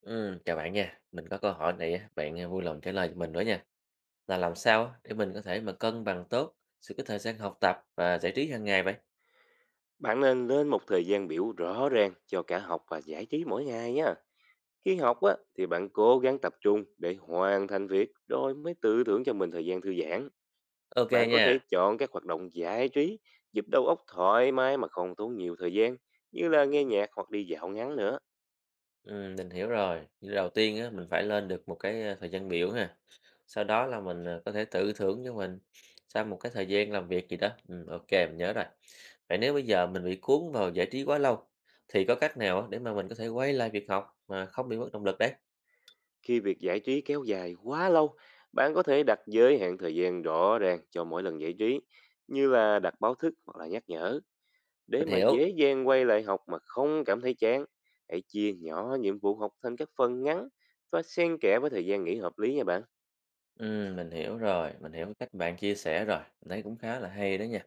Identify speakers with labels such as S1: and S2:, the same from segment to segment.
S1: Chào bạn nha. Mình có câu hỏi này á, bạn, vui lòng trả lời cho mình với nha. Là làm sao á để mình có thể mà cân bằng tốt sự cái thời gian học tập và giải trí hàng ngày vậy?
S2: Bạn nên lên một thời gian biểu rõ ràng cho cả học và giải trí mỗi ngày nhé. Khi học á, thì bạn cố gắng tập trung để hoàn thành việc rồi mới tự thưởng cho mình thời gian thư giãn.
S1: OK
S2: Bạn có thể
S1: nha.
S2: chọn các hoạt động giải trí giúp đầu óc thoải mái mà không tốn nhiều thời gian, như là nghe nhạc hoặc đi dạo ngắn nữa.
S1: Mình hiểu rồi. Như đầu tiên á, mình phải lên được một cái, thời gian biểu ha, sau đó là mình, có thể tự thưởng cho mình sau một cái thời gian làm việc gì đó. Ô mình nhớ rồi. Vậy nếu bây giờ mình bị cuốn vào giải trí quá lâu, thì có cách nào á để mà mình có thể quay lại việc học mà không bị mất động lực đấy?
S2: Khi việc giải trí kéo dài quá lâu, bạn có thể đặt giới hạn thời gian rõ ràng cho mỗi lần giải trí, như là đặt báo thức hoặc là nhắc nhở. Để
S1: Mình
S2: mà
S1: hiểu.
S2: dễ dàng quay lại học mà không cảm thấy chán, hãy chia nhỏ nhiệm vụ học thành các phần ngắn và xen kẽ với thời gian nghỉ hợp lý nha bạn.
S1: Mình hiểu rồi, mình hiểu cái cách bạn chia sẻ rồi, mình thấy cũng khá là hay đó nha.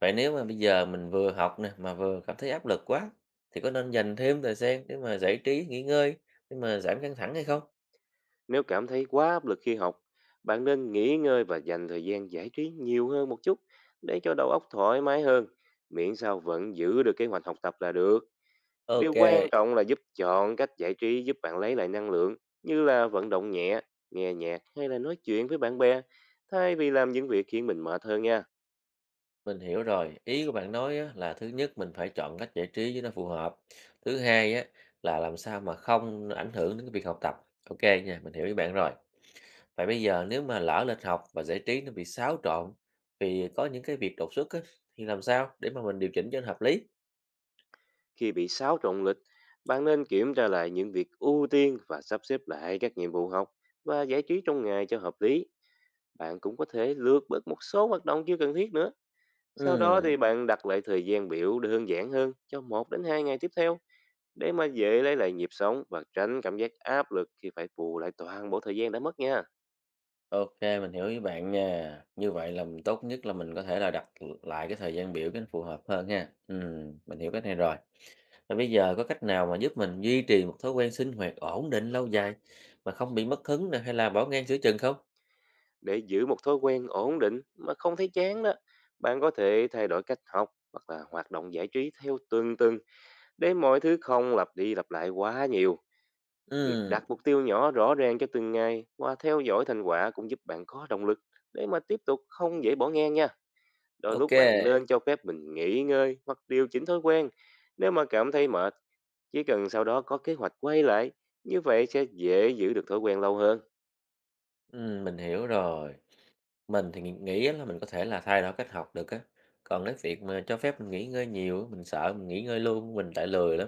S1: Vậy nếu mà bây giờ mình vừa học nè, mà vừa cảm thấy áp lực quá, thì có nên dành thêm thời gian để mà giải trí, nghỉ ngơi, để mà giảm căng thẳng hay không?
S2: Nếu cảm thấy quá áp lực khi học, bạn nên nghỉ ngơi và dành thời gian giải trí nhiều hơn một chút để cho đầu óc thoải mái hơn, miễn sao vẫn giữ được kế hoạch học tập là được. Điều
S1: OK,
S2: quan trọng là giúp chọn cách giải trí giúp bạn lấy lại năng lượng, như là vận động nhẹ, nghe nhạc hay là nói chuyện với bạn bè, thay vì làm những việc khiến mình mệt hơn nha.
S1: mình hiểu rồi. Ý của bạn nói á, là thứ nhất mình phải chọn cách giải trí cho nó phù hợp. Thứ hai á, là làm sao mà không ảnh hưởng đến cái việc học tập. OK nha, mình hiểu ý bạn rồi. Vậy bây giờ nếu mà lỡ lịch học và giải trí nó bị xáo trộn vì có những cái việc đột xuất á, thì làm sao để mà mình điều chỉnh cho nó hợp lý?
S2: Khi bị xáo trộn lịch, bạn nên kiểm tra lại những việc ưu tiên và sắp xếp lại các nhiệm vụ học và giải trí trong ngày cho hợp lý. Bạn cũng có thể lược bớt một số hoạt động chưa cần thiết nữa. Sau đó
S1: Ừ,
S2: thì bạn đặt lại thời gian biểu đơn giản hơn cho một đến 2 ngày tiếp theo, để mà dễ lấy lại nhịp sống và tránh cảm giác áp lực khi phải bù lại toàn bộ thời gian đã mất nha.
S1: ok mình hiểu ý bạn nha. Như vậy là tốt nhất là mình có thể là đặt lại cái thời gian biểu cho nó phù hợp hơn ha. Ừ, mình hiểu cách này rồi. Và bây giờ có cách nào mà giúp mình duy trì một thói quen sinh hoạt ổn định lâu dài mà không bị mất hứng nè hay là bỏ ngang giữa chừng không?
S2: Để giữ một thói quen ổn định mà không thấy chán đó, bạn có thể thay đổi cách học hoặc là hoạt động giải trí theo từng tuần. Để mọi thứ không lặp đi lặp lại quá nhiều, việc
S1: Ừ,
S2: đặt mục tiêu nhỏ rõ ràng cho từng ngày và theo dõi thành quả cũng giúp bạn có động lực để mà tiếp tục, không dễ bỏ ngang nha. Đôi
S1: ok.
S2: lúc bạn nên cho phép mình nghỉ ngơi hoặc điều chỉnh thói quen. Nếu mà cảm thấy mệt, chỉ cần sau đó có kế hoạch quay lại, như vậy sẽ dễ giữ được thói quen lâu hơn.
S1: Mình hiểu rồi. Mình thì nghĩ á là mình có thể là thay đổi cách học được á, còn cái việc mà cho phép mình nghỉ ngơi nhiều á, mình sợ mình nghỉ ngơi luôn, mình lại lười lắm.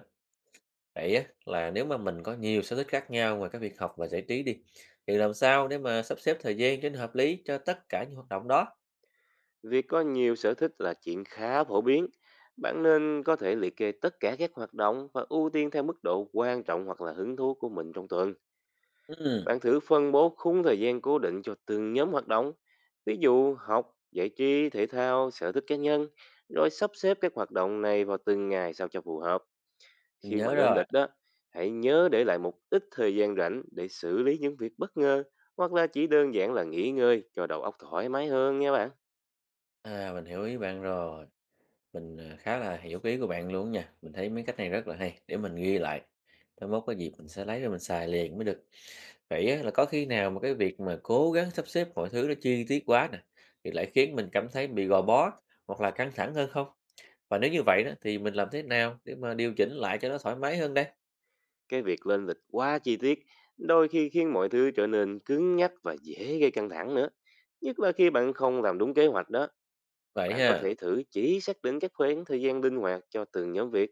S1: Vậy á, là nếu mà mình có nhiều sở thích khác nhau ngoài cái việc học và giải trí đi, thì làm sao để mà sắp xếp thời gian cho nó hợp lý cho tất cả những hoạt động đó?
S2: Việc có nhiều sở thích là chuyện khá phổ biến. Bạn nên có thể liệt kê tất cả các hoạt động và ưu tiên theo mức độ quan trọng hoặc là hứng thú của mình trong tuần.
S1: Ừm,
S2: Bạn thử phân bố khung thời gian cố định cho từng nhóm hoạt động, ví dụ học, giải trí, thể thao, sở thích cá nhân, rồi sắp xếp các hoạt động này vào từng ngày sao cho phù hợp.
S1: mình
S2: Khi mà
S1: nhớ
S2: lên
S1: rồi,
S2: lịch đó, hãy nhớ để lại một ít thời gian rảnh để xử lý những việc bất ngờ, hoặc là chỉ đơn giản là nghỉ ngơi cho đầu óc thoải mái hơn nha bạn.
S1: mình hiểu ý bạn rồi. Mình khá là hiểu cái ý của bạn luôn nha, mình thấy mấy cách này rất là hay, để mình ghi lại, mai mốt có dịp mình sẽ lấy ra mình xài liền mới được. Vậy á là có khi nào mà cái việc mà cố gắng sắp xếp mọi thứ nó chi tiết quá nè, thì lại khiến mình cảm thấy bị gò bó hoặc là căng thẳng hơn không? Và nếu như vậy đó thì mình làm thế nào để mà điều chỉnh lại cho nó thoải mái hơn đây?
S2: Cái việc lên lịch quá chi tiết đôi khi khiến mọi thứ trở nên cứng nhắc và dễ gây căng thẳng nữa, nhất là khi bạn không làm đúng kế hoạch đó.
S1: Vậy
S2: Bạn có
S1: ha,
S2: thể thử chỉ xác định các khoảng thời gian linh hoạt cho từng nhóm việc,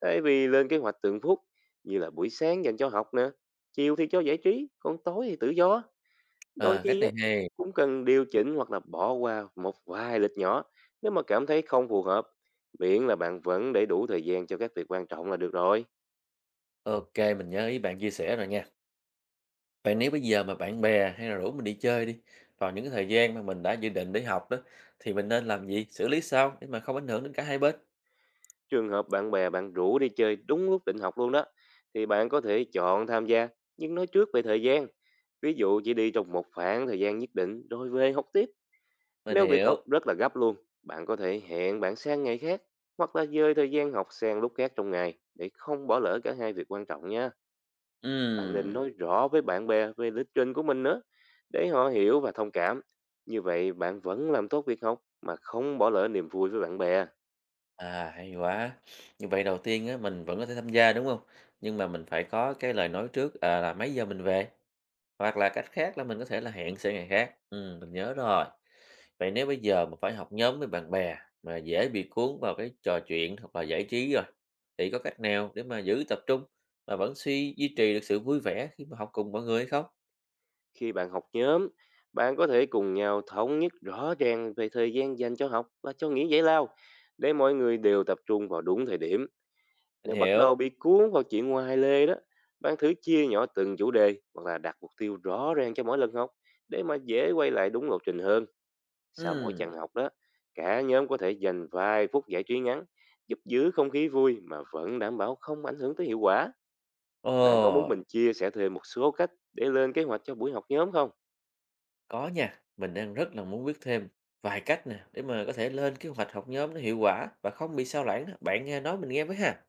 S2: thay vì lên kế hoạch từng phút, như là buổi sáng dành cho học nè, chiều thì cho giải trí, còn tối thì tự do. Đôi
S1: cách
S2: khi
S1: này
S2: á,
S1: hay,
S2: cũng cần điều chỉnh hoặc là bỏ qua một vài lịch nhỏ nếu mà cảm thấy không phù hợp. Miễn là bạn vẫn để đủ thời gian cho các việc quan trọng là được rồi.
S1: ok mình nhớ ý bạn chia sẻ rồi nha. Vậy nếu bây giờ mà bạn bè hay là rủ mình đi chơi đi, vào những cái thời gian mà mình đã dự định để học đó, thì mình nên làm gì, xử lý sao để mà không ảnh hưởng đến cả hai bên?
S2: Trường hợp bạn bè bạn rủ đi chơi đúng lúc định học luôn đó, thì bạn có thể chọn tham gia nhưng nói trước về thời gian. Ví dụ chỉ đi trong một khoảng thời gian nhất định rồi về học tiếp.
S1: Mình
S2: Nếu việc học
S1: hiểu.
S2: rất là gấp luôn, bạn có thể hẹn bạn sang ngày khác hoặc là dời thời gian học sang lúc khác trong ngày để không bỏ lỡ cả hai việc quan trọng nha. Bạn nên
S1: Ừm,
S2: nói rõ với bạn bè về lịch trình của mình nữa để họ hiểu và thông cảm. Như vậy bạn vẫn làm tốt việc học mà không bỏ lỡ niềm vui với bạn bè.
S1: à hay quá. Như vậy đầu tiên á, mình vẫn có thể tham gia đúng không? Nhưng mà mình phải có cái lời nói trước à, là mấy giờ mình về. Hoặc là cách khác là mình có thể là hẹn sang ngày khác. Mình nhớ rồi. Vậy nếu bây giờ mà phải học nhóm với bạn bè mà dễ bị cuốn vào cái trò chuyện hoặc là giải trí rồi, thì có cách nào để mà giữ tập trung mà vẫn duy trì được sự vui vẻ khi mà học cùng mọi người hay không?
S2: Khi bạn học nhóm, bạn có thể cùng nhau thống nhất rõ ràng về thời gian dành cho học và cho nghỉ giải lao, để mọi người đều tập trung vào đúng thời điểm.
S1: Mình
S2: Nếu bắt
S1: hiểu.
S2: đầu bị cuốn vào chuyện ngoài lề đó, bạn thử chia nhỏ từng chủ đề hoặc là đặt mục tiêu rõ ràng cho mỗi lần học để mà dễ quay lại đúng lộ trình hơn. Sau mỗi
S1: Ừm,
S2: chặng học đó, cả nhóm có thể dành vài phút giải trí ngắn, giúp giữ không khí vui mà vẫn đảm bảo không ảnh hưởng tới hiệu quả.
S1: Ồ,
S2: Bạn có muốn mình chia sẻ thêm một số cách để lên kế hoạch cho buổi học nhóm không?
S1: có nha. Mình đang rất là muốn biết thêm vài cách nè để mà có thể lên kế hoạch học nhóm nó hiệu quả và không bị sao lãng đó. Bạn nghe nói mình nghe với ha.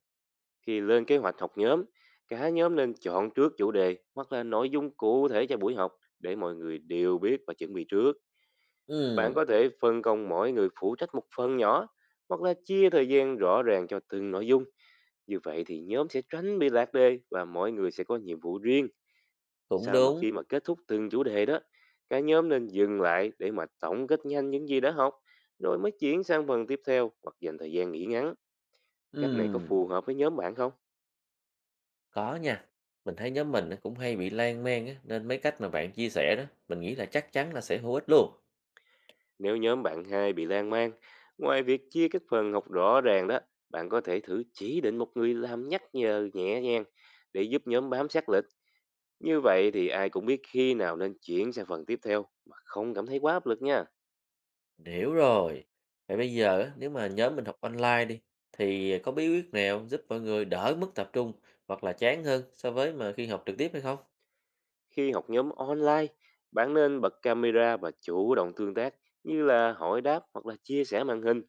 S2: Khi lên kế hoạch học nhóm, cả nhóm nên chọn trước chủ đề hoặc là nội dung cụ thể cho buổi học để mọi người đều biết và chuẩn bị trước. Bạn
S1: Ừm,
S2: có thể phân công mỗi người phụ trách một phần nhỏ hoặc là chia thời gian rõ ràng cho từng nội dung. Như vậy thì nhóm sẽ tránh bị lạc đề và mỗi người sẽ có nhiệm vụ riêng.
S1: cũng
S2: Sau mà
S1: đúng.
S2: khi mà kết thúc từng chủ đề đó, cả nhóm nên dừng lại để mà tổng kết nhanh những gì đã học, rồi mới chuyển sang phần tiếp theo hoặc dành thời gian nghỉ ngắn. Cách này có
S1: Ừm.
S2: phù hợp với nhóm bạn không?
S1: Có nha, mình thấy nhóm mình á cũng hay bị lan man á, nên mấy cách mà bạn chia sẻ đó, mình nghĩ là chắc chắn là sẽ hữu ích luôn.
S2: Nếu nhóm bạn hai bị lan man, ngoài việc chia các phần học rõ ràng đó, bạn có thể thử chỉ định một người làm nhắc nhở nhẹ nhàng để giúp nhóm bám sát lịch. Như vậy thì ai cũng biết khi nào nên chuyển sang phần tiếp theo mà không cảm thấy quá áp lực nha.
S1: Mình hiểu rồi. Vậy bây giờ á, nếu mà nhóm mình học online đi, thì có bí quyết nào giúp mọi người đỡ mất tập trung hoặc là chán hơn so với mà khi học trực tiếp hay không?
S2: Khi học nhóm online, bạn nên bật camera và chủ động tương tác, như là hỏi đáp hoặc là chia sẻ màn hình.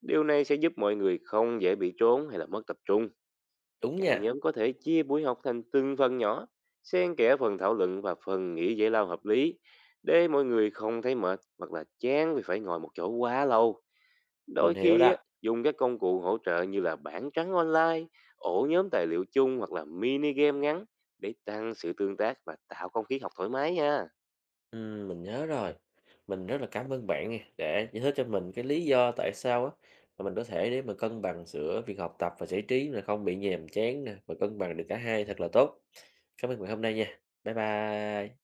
S2: Điều này sẽ giúp mọi người không dễ bị trốn hay là mất tập trung.
S1: Đúng
S2: Cả
S1: nha,
S2: nhóm có thể chia buổi học thành từng phần nhỏ, xen kẽ phần thảo luận và phần nghỉ giải lao hợp lý để mọi người không thấy mệt hoặc là chán vì phải ngồi một chỗ quá lâu.
S1: mình
S2: Đôi
S1: hiểu
S2: khi
S1: đó.
S2: á, dùng các công cụ hỗ trợ như là bảng trắng online, ổ nhóm tài liệu chung hoặc là mini game ngắn để tăng sự tương tác và tạo không khí học thoải mái nha.
S1: Ừ, mình nhớ rồi. Mình rất là cảm ơn bạn nha, để giải thích cho mình cái lý do tại sao á mà mình có thể để mà cân bằng giữa việc học tập và giải trí là không bị nhàm chán nè và cân bằng được cả hai thật là tốt. Cảm ơn bạn hôm nay nha. Bye bye.